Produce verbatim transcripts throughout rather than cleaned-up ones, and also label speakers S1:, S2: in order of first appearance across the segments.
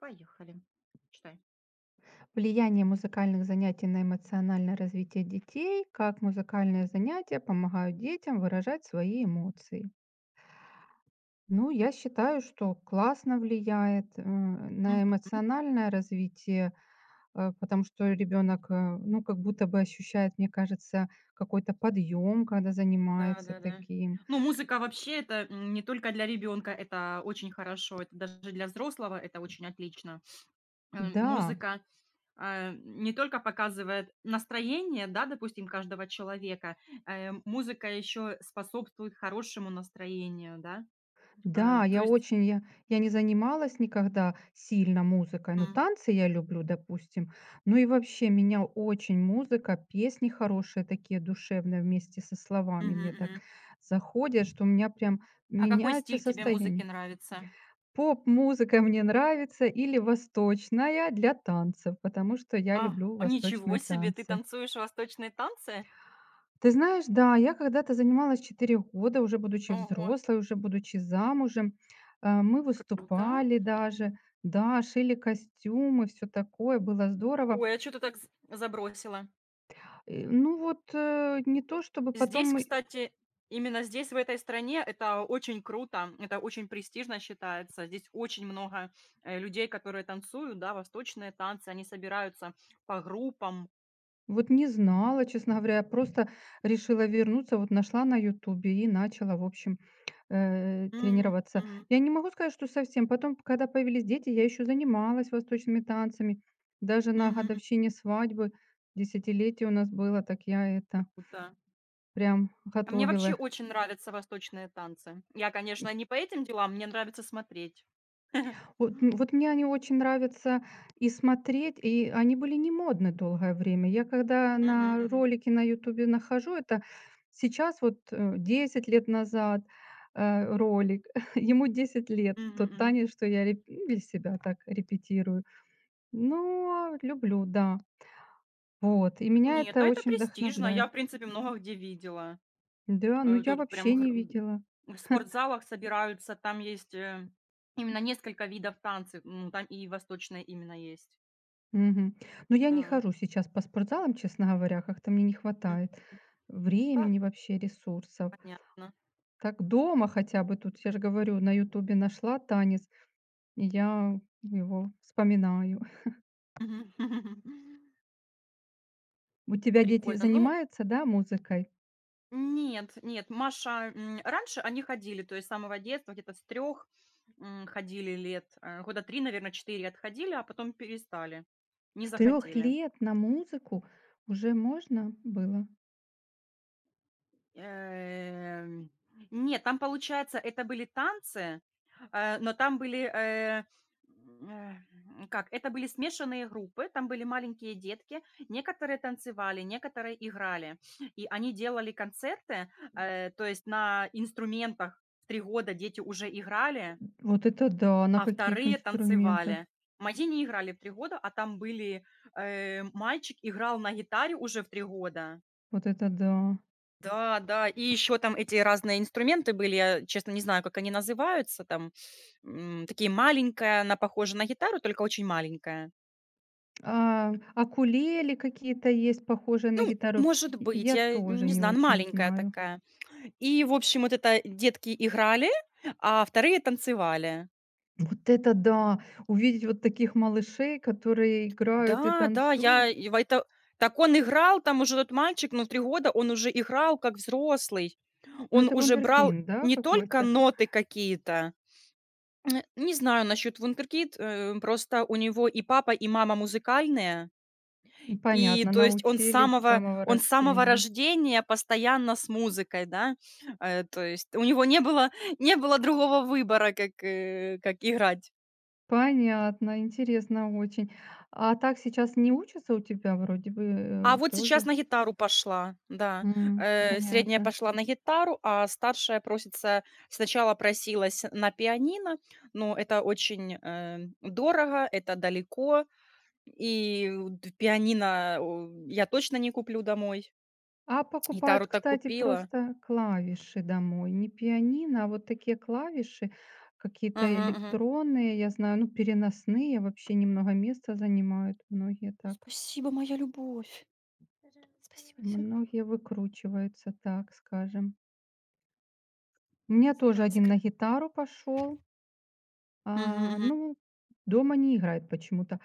S1: Поехали. Читай.
S2: Влияние музыкальных занятий на эмоциональное развитие детей, как музыкальные занятия помогают детям выражать свои эмоции. Ну, я считаю, что классно влияет э,
S1: Мгм.
S2: на эмоциональное развитие, э, потому что ребенок, э, ну, как будто бы ощущает, мне кажется, какой-то подъем, когда занимается
S1: Да-да-да.
S2: таким.
S1: Ну, музыка вообще это, м, не только для ребенка, это очень хорошо, это даже для взрослого это очень отлично. Э,
S2: Да,
S1: музыка, а, не только показывает настроение, да, допустим, каждого человека, э, музыка еще способствует хорошему настроению, да. Э,
S2: да,
S1: то
S2: я
S1: есть
S2: очень, я, я не занималась никогда сильно музыкой, ну
S1: М.
S2: танцы я люблю, допустим. Ну и вообще меня очень музыка, песни хорошие такие душевные вместе со словами
S1: Мгм,
S2: мне так
S1: мгм.
S2: заходят, что у меня прям
S1: А какой
S2: меняется
S1: стиль тебе музыки
S2: состояние.
S1: нравится?
S2: Поп-музыка мне нравится или восточная для танцев, потому что я
S1: А,
S2: люблю
S1: ничего
S2: восточные
S1: себе, ты
S2: танцы.
S1: танцуешь восточные танцы?
S2: Ты знаешь, да, я когда-то занималась четыре года, уже будучи
S1: Ого,
S2: взрослой, уже будучи замужем. Э, мы
S1: круто!
S2: выступали даже, да, шили костюмы, все такое, было здорово.
S1: Ой, а что ты так з забросила?
S2: Э, ну вот, э, не то чтобы
S1: Здесь,
S2: потом.
S1: кстати, именно здесь, в этой стране, это очень круто, это очень престижно считается. Здесь очень много, э, людей, которые танцуют, да, восточные танцы. Они собираются по группам.
S2: Вот не знала, честно говоря, я просто решила вернуться, вот нашла на "Ютубе" и начала, в общем, э,
S1: М,
S2: тренироваться.
S1: мгм,
S2: Я не могу сказать, что совсем. Потом, когда появились дети, я еще занималась восточными танцами. Даже на
S1: мгм, м.
S2: годовщине свадьбы, десятилетие у нас было, так я
S1: Как
S2: это
S1: круто.
S2: прям
S1: А мне вообще
S2: готовила.
S1: очень нравятся восточные танцы. Я, конечно, не по этим делам, мне нравится смотреть.
S2: Вот, м, вот мне они очень нравятся и смотреть, и они были не модны долгое время. Я когда
S1: Мгм,
S2: на
S1: мгм,
S2: ролики на "Ютубе" нахожу, это сейчас вот, э, десять лет назад, э, ролик, ему десять лет,
S1: мгм,
S2: тот
S1: мгм.
S2: танец, что я реп ну, для себя так репетирую. Но люблю, да. Вот, и меня
S1: Нет, а
S2: это
S1: это
S2: очень
S1: престижно. Я,
S2: вдохновляет.
S1: в принципе, много где видела.
S2: Да, ну
S1: Э,
S2: я
S1: тут прям
S2: вообще
S1: гр
S2: не
S1: м,
S2: видела.
S1: в спортзалах собираются, там есть, э, именно несколько видов танцев, ну там и восточные именно есть.
S2: Мгм. Но я не
S1: Да.
S2: хожу сейчас по спортзалам, честно говоря, как-то мне не
S1: Мгм.
S2: хватает
S1: Так,
S2: времени, вообще ресурсов.
S1: понятно.
S2: Так дома хотя бы тут, я же говорю, на "Ютубе" нашла танец, и я его вспоминаю.
S1: Мгм.
S2: У тебя дети
S1: Прикольно. Ну,
S2: занимаются, да, музыкой?
S1: нет, нет, Маша, м, раньше они ходили, то есть с самого детства, где-то с трех ходили лет, э, года три, наверное, четыре отходили, а потом перестали, не
S2: С трех
S1: захотели.
S2: лет на музыку уже можно было?
S1: Эм, нет, там, получается, это были танцы, э, Но там были, э, м, э, как, это были смешанные группы, там были маленькие детки, некоторые танцевали, некоторые играли. И они делали концерты, э, то есть на инструментах в три года дети уже играли,
S2: Вот это да! На
S1: а
S2: каких
S1: вторые
S2: инструментах?
S1: танцевали. Мои не играли в три года, а там были, э, мальчик играл на гитаре уже в три года.
S2: Вот это да!
S1: Да, да, и еще там эти разные инструменты были, я, честно, не знаю, как они называются, там, м, такие маленькая, она похожа на гитару, только очень маленькая.
S2: А, акулеле какие-то есть, похожие на гитару.
S1: Может
S2: Й
S1: быть,
S2: Я
S1: я
S2: тоже
S1: не
S2: не
S1: знаю, она
S2: очень
S1: маленькая
S2: знаю.
S1: такая. И, в общем, вот это детки играли, а вторые танцевали.
S2: Вот это да! Увидеть вот таких малышей, которые играют и
S1: Да, да, я
S2: танцуют.
S1: и в это так он играл, там уже тот мальчик, ну, в три года он уже играл как взрослый.
S2: Ну,
S1: Он
S2: это
S1: уже брал
S2: вундеркинд, да,
S1: не только
S2: какой-то?
S1: ноты какие-то. М, не знаю насчет "Вундеркид", э, просто у него и папа, и мама музыкальные. И,
S2: Понятно,
S1: то есть, он с
S2: научили с
S1: самого
S2: самого
S1: он с самого
S2: рождения.
S1: рождения постоянно с музыкой, да. Э, то есть у него не было не было другого выбора, как, э, как играть.
S2: Понятно, интересно очень. А так сейчас не учатся у тебя вроде бы,
S1: А
S2: э,
S1: вот сейчас
S2: тоже?
S1: на гитару пошла, да.
S2: М,
S1: Э, средняя
S2: понятно.
S1: пошла на гитару, а старшая просится сначала просилась на пианино, но это очень, э, дорого, это далеко. И вот д пианино у я точно не куплю домой.
S2: А покупают,
S1: Гитару так
S2: кстати,
S1: купила.
S2: просто клавиши домой. Не пианино, а вот такие клавиши, какие-то
S1: Мгм, мгм.
S2: электронные, я знаю, ну, переносные, вообще немного места занимают многие так.
S1: Спасибо, моя любовь. Спасибо, все.
S2: Многие выкручиваются, так скажем. У меня тоже
S1: Сыграй,
S2: один на
S1: сыграй.
S2: гитару пошел.
S1: Мгм,
S2: А,
S1: мгм.
S2: ну, дома не играет почему-то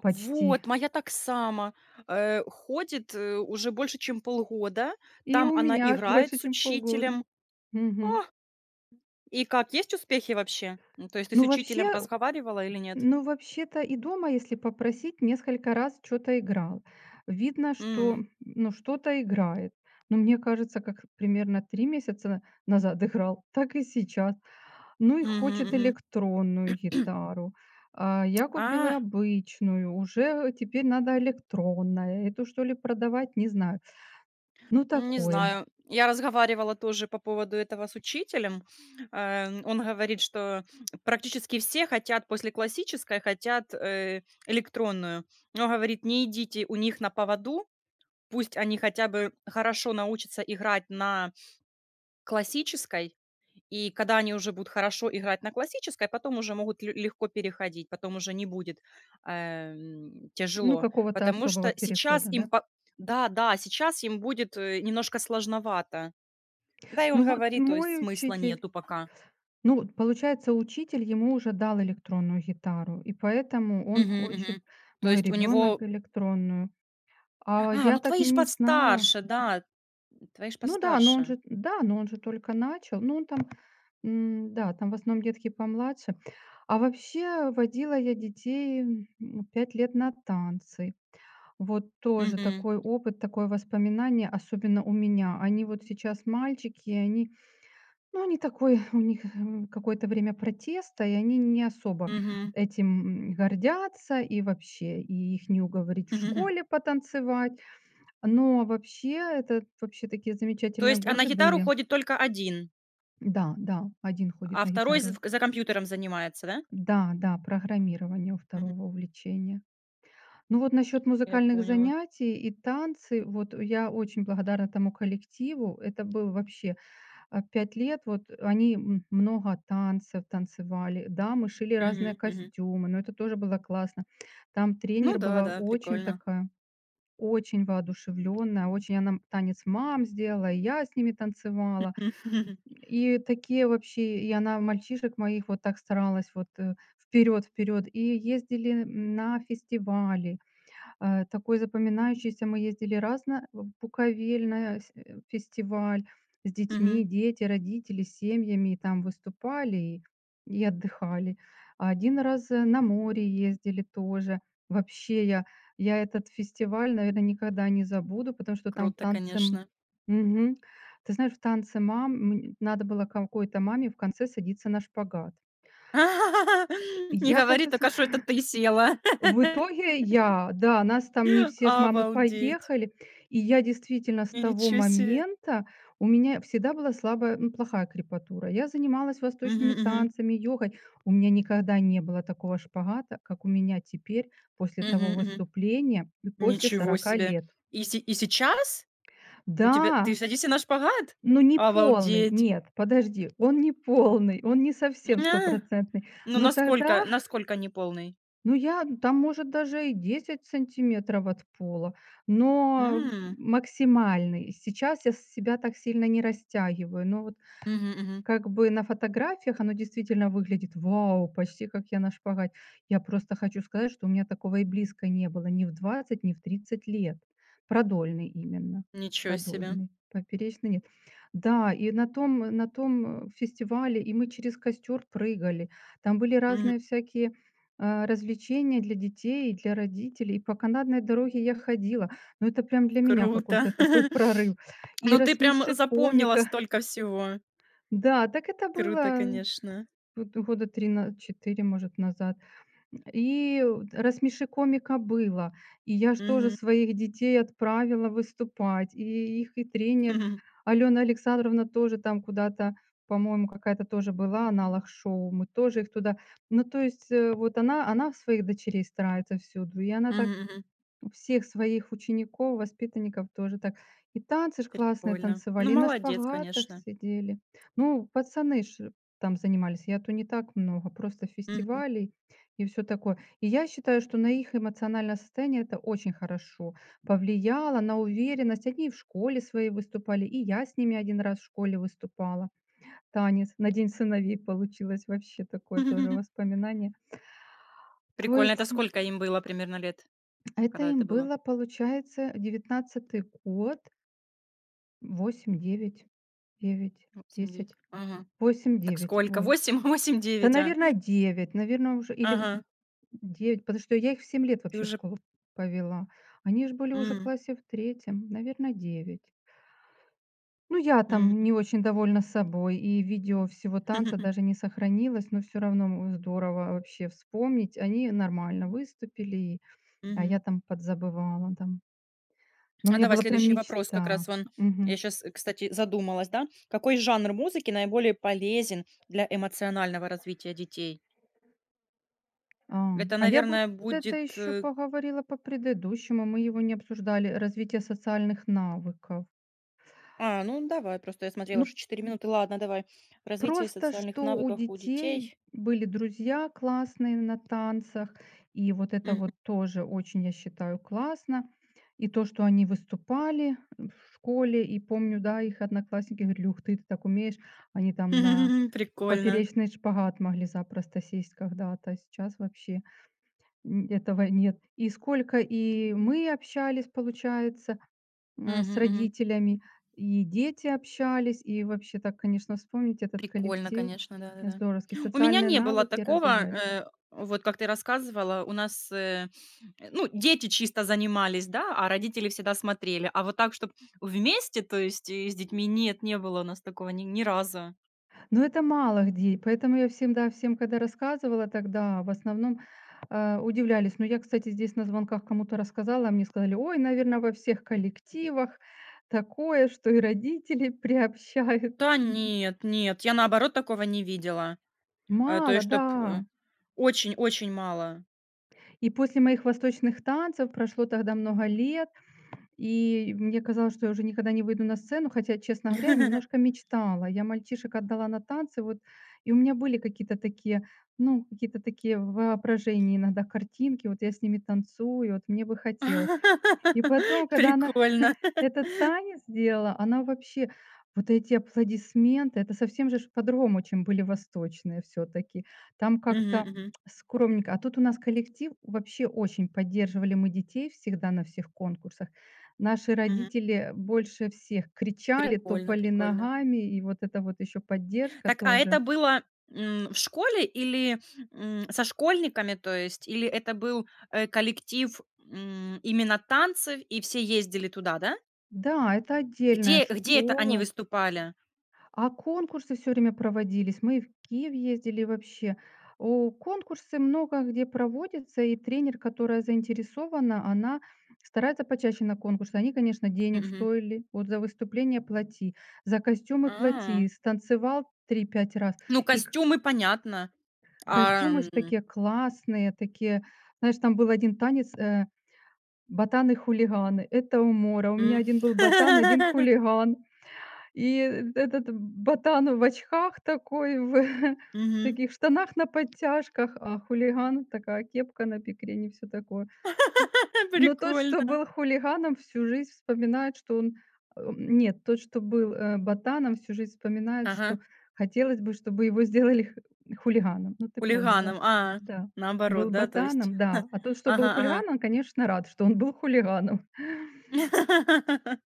S2: почти.
S1: Вот, моя так само, э, ходит, э, уже больше, чем полгода.
S2: И
S1: Там
S2: у
S1: она
S2: меня аж
S1: играет
S2: больше,
S1: с
S2: чем полгода.
S1: учителем. А,
S2: Мгм.
S1: и как, есть успехи вообще? Ну, то есть ты с
S2: Ну,
S1: учителем
S2: вообще
S1: разговаривала или нет?
S2: ну, вообще-то и дома, если попросить, несколько раз что то играл. Видно, что,
S1: М.
S2: ну, что-то играет. Но мне кажется, как примерно три месяца назад играл, так и сейчас. Ну и
S1: Мгм,
S2: хочет
S1: мгм.
S2: электронную гитару. А, я купила
S1: А.
S2: обычную, уже теперь надо электронная. Эту, что ли, продавать, не знаю. Ну,
S1: Не
S2: такое.
S1: знаю. Я разговаривала тоже по поводу этого с учителем. Э, он говорит, что практически все хотят после классической, хотят э, электронную. Но говорит, не идите у них на поводу, пусть они хотя бы хорошо научатся играть на классической, и когда они уже будут хорошо играть на классической, потом уже могут лю- легко переходить, потом уже не будет эм,
S2: Ну,
S1: тяжело.
S2: какого-то
S1: Потому
S2: особого
S1: что сейчас
S2: перехода,
S1: им...
S2: да?
S1: по- Да, да, сейчас им будет э, немножко сложновато. Да, и
S2: Ну,
S1: он
S2: вот
S1: говорит, то есть
S2: мой
S1: смысла
S2: учитель,
S1: нету пока.
S2: ну, вот получается, учитель ему уже дал электронную гитару, и поэтому он
S1: Мгм,
S2: хочет,
S1: мгм. То
S2: мой
S1: есть у него
S2: ребенок, электронную. А
S1: А,
S2: я
S1: ну
S2: так
S1: твои ж
S2: не знала.
S1: постарше, да, твои ж
S2: Ну да, но он
S1: постарше.
S2: же, да, но он же только начал. Ну, он там, м, да, там в основном детки помладше. А вообще водила я детей м, пять лет на танцы. Вот тоже
S1: Мгм,
S2: такой опыт, такое воспоминание, особенно у меня. Они вот сейчас мальчики, и они. Ну, они такой, у них, м, какое-то время протеста, и они не особо
S1: мгм.
S2: этим, м, гордятся, и вообще, и их не уговорить в школе потанцевать. Но вообще, это вообще такие
S1: То
S2: замечательные
S1: есть, а на
S2: годы
S1: гитару
S2: были.
S1: ходит только один,
S2: Да, да, один
S1: а
S2: ходит на
S1: второй з
S2: гитару.
S1: за компьютером занимается, да?
S2: Да, да, программирование у
S1: Мгм.
S2: второго увлечение. Ну, вот насчет
S1: Я
S2: музыкальных
S1: поняла.
S2: занятий и танцы, вот я очень благодарна тому коллективу. Это был вообще. А, пять лет вот они м много танцев танцевали. Да, мы шили разные
S1: Мгм, мгм.
S2: костюмы, но это тоже было классно. Там
S1: Ну
S2: тренер
S1: да,
S2: была
S1: да,
S2: очень
S1: прикольно.
S2: такая, очень воодушевленная, очень она танец мам сделала, и я с ними танцевала. И такие вообще, и она мальчишек моих вот так старалась вот, э, вперед вперед. И ездили на фестивали. Э, такой запоминающийся. Мы ездили раз на в Буковель на с э, фестиваль с
S1: Мгм.
S2: детьми, дети, родители, с семьями, и там выступали и и отдыхали. А один раз, э, на море ездили тоже. Вообще я я этот фестиваль, наверное, никогда не забуду, потому что там в
S1: Круто,
S2: танце м
S1: конечно.
S2: Мгм. Ты знаешь, в танце мам мн надо было какой-то маме в конце садиться на шпагат.
S1: Не
S2: Я
S1: говори
S2: хочу.
S1: только, что это ты села.
S2: В итоге я, да, нас там не все ж мамы
S1: Обалдеть.
S2: поехали. И я действительно с того
S1: Ничего себе.
S2: момента у меня всегда была слабая, ну, плохая крепатура. Я занималась
S1: Мгм,
S2: восточными
S1: мгм.
S2: танцами, йогой. У меня никогда не было такого шпагата, как у меня теперь после
S1: Мгм,
S2: того
S1: мгм.
S2: выступления и после
S1: Ничего
S2: сорока
S1: себе!
S2: лет.
S1: И се и сейчас у тебя ты
S2: Да,
S1: садишься на шпагат?
S2: но не полный,
S1: Обалдеть!
S2: нет, подожди, он не полный, он не совсем
S1: А,
S2: стопроцентный.
S1: ну,
S2: Но
S1: насколько
S2: тогда.
S1: насколько неполный?
S2: Ну, я там, может, даже и десять сантиметров от пола, но в
S1: М,
S2: максимальный. Сейчас я себя так сильно не растягиваю, но вот
S1: мгм, мгм.
S2: как бы на фотографиях оно действительно выглядит: "Вау, почти как я на шпагате". Я просто хочу сказать, что у меня такого и близко не было ни в двадцать, ни в тридцать лет. Продольный именно,
S1: Ничего себе!
S2: продольный, поперечный нет. Да, и на том на том, э, фестивале, и мы через костер прыгали. Там были
S1: Мгм.
S2: разные всякие, а, развлечения для детей и для родителей. И по канатной дороге я ходила. Но это прям для меня какой-то
S1: Круто!
S2: такой прорыв. И
S1: Ну, ты прям
S2: "Рассмеши
S1: запомнила
S2: комика".
S1: столько всего.
S2: Да, так это
S1: Круто,
S2: было
S1: конечно.
S2: вот года три на четыре, может, назад. И "Рассмеши комика" было. И я ж тоже
S1: Мгм.
S2: своих детей отправила выступать. И их и тренер
S1: Мгм.
S2: Алена Александровна тоже там куда-то, по-моему, какая-то тоже была, аналог шоу. Мы тоже их туда, ну, то есть, э, вот она она своих дочерей старается всюду, и она так
S1: Мгм, мгм.
S2: всех своих учеников, воспитанников тоже так. И танцы ж классные
S1: Прикольно. Ну,
S2: танцевали, и на
S1: молодец,
S2: шпагатах
S1: конечно.
S2: сидели. Ну, пацаны ж там занимались, я-то не так много, просто
S1: Мгм.
S2: фестивалей и все такое. И я считаю, что на их эмоциональное состояние это очень хорошо повлияло, на уверенность. Они и в школе своей выступали, и я с ними один раз в школе выступала. Танец на День сыновей получилось, вообще такое тоже воспоминание. То
S1: Прикольно. Это
S2: есть
S1: сколько им было примерно лет,
S2: это
S1: когда это
S2: им
S1: было?
S2: было, получается, девятнадцатый год, восемь, девять, девять,
S1: восемь,
S2: десять,
S1: девять. Ага.
S2: восемь,
S1: Так
S2: девять.
S1: сколько?
S2: Ой.
S1: Восемь, восемь,
S2: Да,
S1: девять, а?
S2: наверное, девять, наверное, уже или
S1: Ага.
S2: девять, потому что я их в семь лет
S1: Ты
S2: вообще в
S1: уже
S2: школу повела. Они ж были уже в
S1: М,
S2: классе в третьем, наверное, девять. Ну, я там
S1: мгм.
S2: не очень довольна собой, и видео всего танца даже не сохранилось, но все равно, здорово вообще вспомнить. Они нормально выступили, а я
S1: Мгм.
S2: там подзабывала, там. Ну, у
S1: А
S2: меня
S1: давай
S2: была прям
S1: следующий вопрос как
S2: мечта.
S1: раз вон. Я
S2: Мгм.
S1: сейчас, кстати, задумалась, да. Какой жанр музыки наиболее полезен для эмоционального развития детей?
S2: А,
S1: Это,
S2: а я бы вот
S1: наверное,
S2: это
S1: будет,
S2: еще
S1: э
S2: поговорила по предыдущему, мы его не обсуждали, развитие социальных навыков.
S1: А, ну давай, просто я смотрела
S2: Ну,
S1: что четыре минуты. Ладно, давай. Развитие
S2: просто
S1: социальных
S2: что у
S1: навыков у
S2: детей
S1: детей.
S2: были друзья классные на танцах, и вот это
S1: Мгм.
S2: вот тоже очень, я считаю, классно. И то, что они выступали в школе, и помню, да, их одноклассники говорили, ух ты, ты так умеешь. Они там на
S1: Прикольно.
S2: поперечный шпагат могли запросто сесть когда-то, а сейчас вообще Н этого нет. И сколько и мы общались, получается, э,
S1: Мгм,
S2: с
S1: мгм.
S2: родителями, и дети общались, и вообще так, конечно, вспомнить этот
S1: Прикольно,
S2: коллектив
S1: конечно, да-да-да.
S2: здоровский.
S1: У меня
S2: Социальные
S1: не было
S2: навыки
S1: такого,
S2: развивает.
S1: э, вот как ты рассказывала. У нас, э, ну, дети чисто занимались, да, а родители всегда смотрели. А вот так, чтобы вместе, то есть, э, с детьми, нет, не было у нас такого ни ни разу.
S2: Но это мало где, поэтому я всем да всем, когда рассказывала тогда, в основном, э, удивлялись. Но я, кстати, здесь на звонках кому-то рассказала, а мне сказали: "Ой, наверное во всех коллективах такое, что и родители приобщают".
S1: Да нет, нет, я, наоборот, такого не видела. Э, то
S2: Мало,
S1: есть,
S2: да.
S1: чтоб, э, очень-очень мало.
S2: И после моих восточных танцев прошло тогда много лет, и мне казалось, что я уже никогда не выйду на сцену, хотя, честно говоря, я немножко мечтала. Я мальчишек отдала на танцы, вот, и у меня были какие-то такие, ну, какие-то такие в воображении иногда картинки, вот я с ними танцую, вот мне бы хотелось. И потом, когда она
S1: Прикольно.
S2: этот танец сделала, она вообще вот эти аплодисменты, это совсем же ж по-другому, чем были восточные все таки. Там
S1: Мгм,
S2: как-то
S1: мгм,
S2: скромненько. А тут у нас коллектив, вообще очень поддерживали мы детей всегда на всех конкурсах. Наши
S1: мгм.
S2: родители больше всех кричали,
S1: Прикольно,
S2: топали
S1: прикольно.
S2: ногами, и вот это вот еще поддержка
S1: Так, а это
S2: тоже.
S1: было, м, в школе или, м, со школьниками, то есть? Или это был, э, коллектив, м, именно танцев, и все ездили туда, да?
S2: Да, это отдельная
S1: Где где это они
S2: школа.
S1: выступали?
S2: А конкурсы все время проводились. Мы и в Киев ездили, вообще. О, конкурсы много где проводятся, и тренер, которая заинтересована, она старается почаще на конкурсы. Они, конечно, денег
S1: Мгм.
S2: стоили. Вот за выступление плати, за костюмы
S1: А.
S2: плати, станцевал три-пять раз.
S1: Ну,
S2: И к
S1: костюмы понятно. А,
S2: костюмы ж
S1: м,
S2: такие классные, такие, знаешь, там был один танец, э, "Ботаны-хулиганы". Это умора. У
S1: м.
S2: меня один был ботан, один хулиган. И этот ботан в очках такой, в
S1: Мгм.
S2: таких штанах на подтяжках, а хулиган такая кепка на бекрень и все такое. Но тот, что
S1: Прикольно.
S2: был хулиганом, всю жизнь вспоминает, что он э, нет, тот, что был, э, ботаном, всю жизнь вспоминает,
S1: Ага.
S2: что хотелось бы, чтобы его сделали х хулиганом. Ну, ты поняла.
S1: Хулиганом. А,
S2: Да.
S1: наоборот,
S2: Был
S1: да, то есть?
S2: ботаном, да. А тот, что был
S1: Ага, ага.
S2: хулиганом, конечно, рад, что он был хулиганом.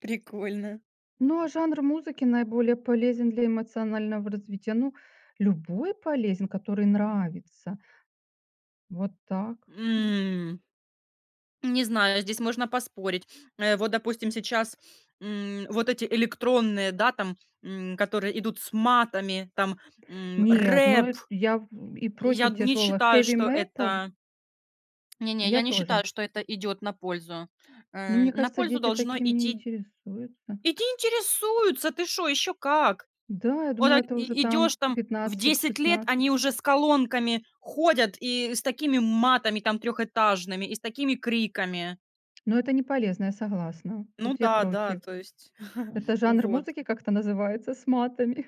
S1: Прикольно.
S2: Ну, а жанр музыки наиболее полезен для эмоционального развития. Ну, любой полезен, который нравится. Вот так.
S1: М. Не знаю, здесь можно поспорить. Э, вот, допустим, сейчас, м, вот эти электронные, да, там, м, которые идут с матами, там, м,
S2: Нет, ну
S1: рэп.
S2: э, я в- и
S1: Я
S2: против
S1: не
S2: тяжелого
S1: считаю,
S2: heavy
S1: что
S2: metal.
S1: это не-не, я
S2: Я
S1: не
S2: тоже.
S1: считаю, что это идет на пользу.
S2: Но
S1: Э,
S2: мне
S1: на
S2: кажется,
S1: пользу
S2: дети
S1: должно
S2: таким не
S1: идти.
S2: интересуются.
S1: Иди интересуются, ты что еще как.
S2: Да, я
S1: Вот
S2: думала,
S1: так
S2: это уже
S1: и
S2: там
S1: идешь там в десять лет,
S2: пятнадцать шестнадцать.
S1: они уже с колонками ходят и с такими матами там трехэтажными, и с такими криками.
S2: Но это не полезно, я согласна.
S1: Ну
S2: Тут я
S1: да, да,
S2: против.
S1: то есть
S2: Это жанр
S1: вот.
S2: музыки как-то называется с матами.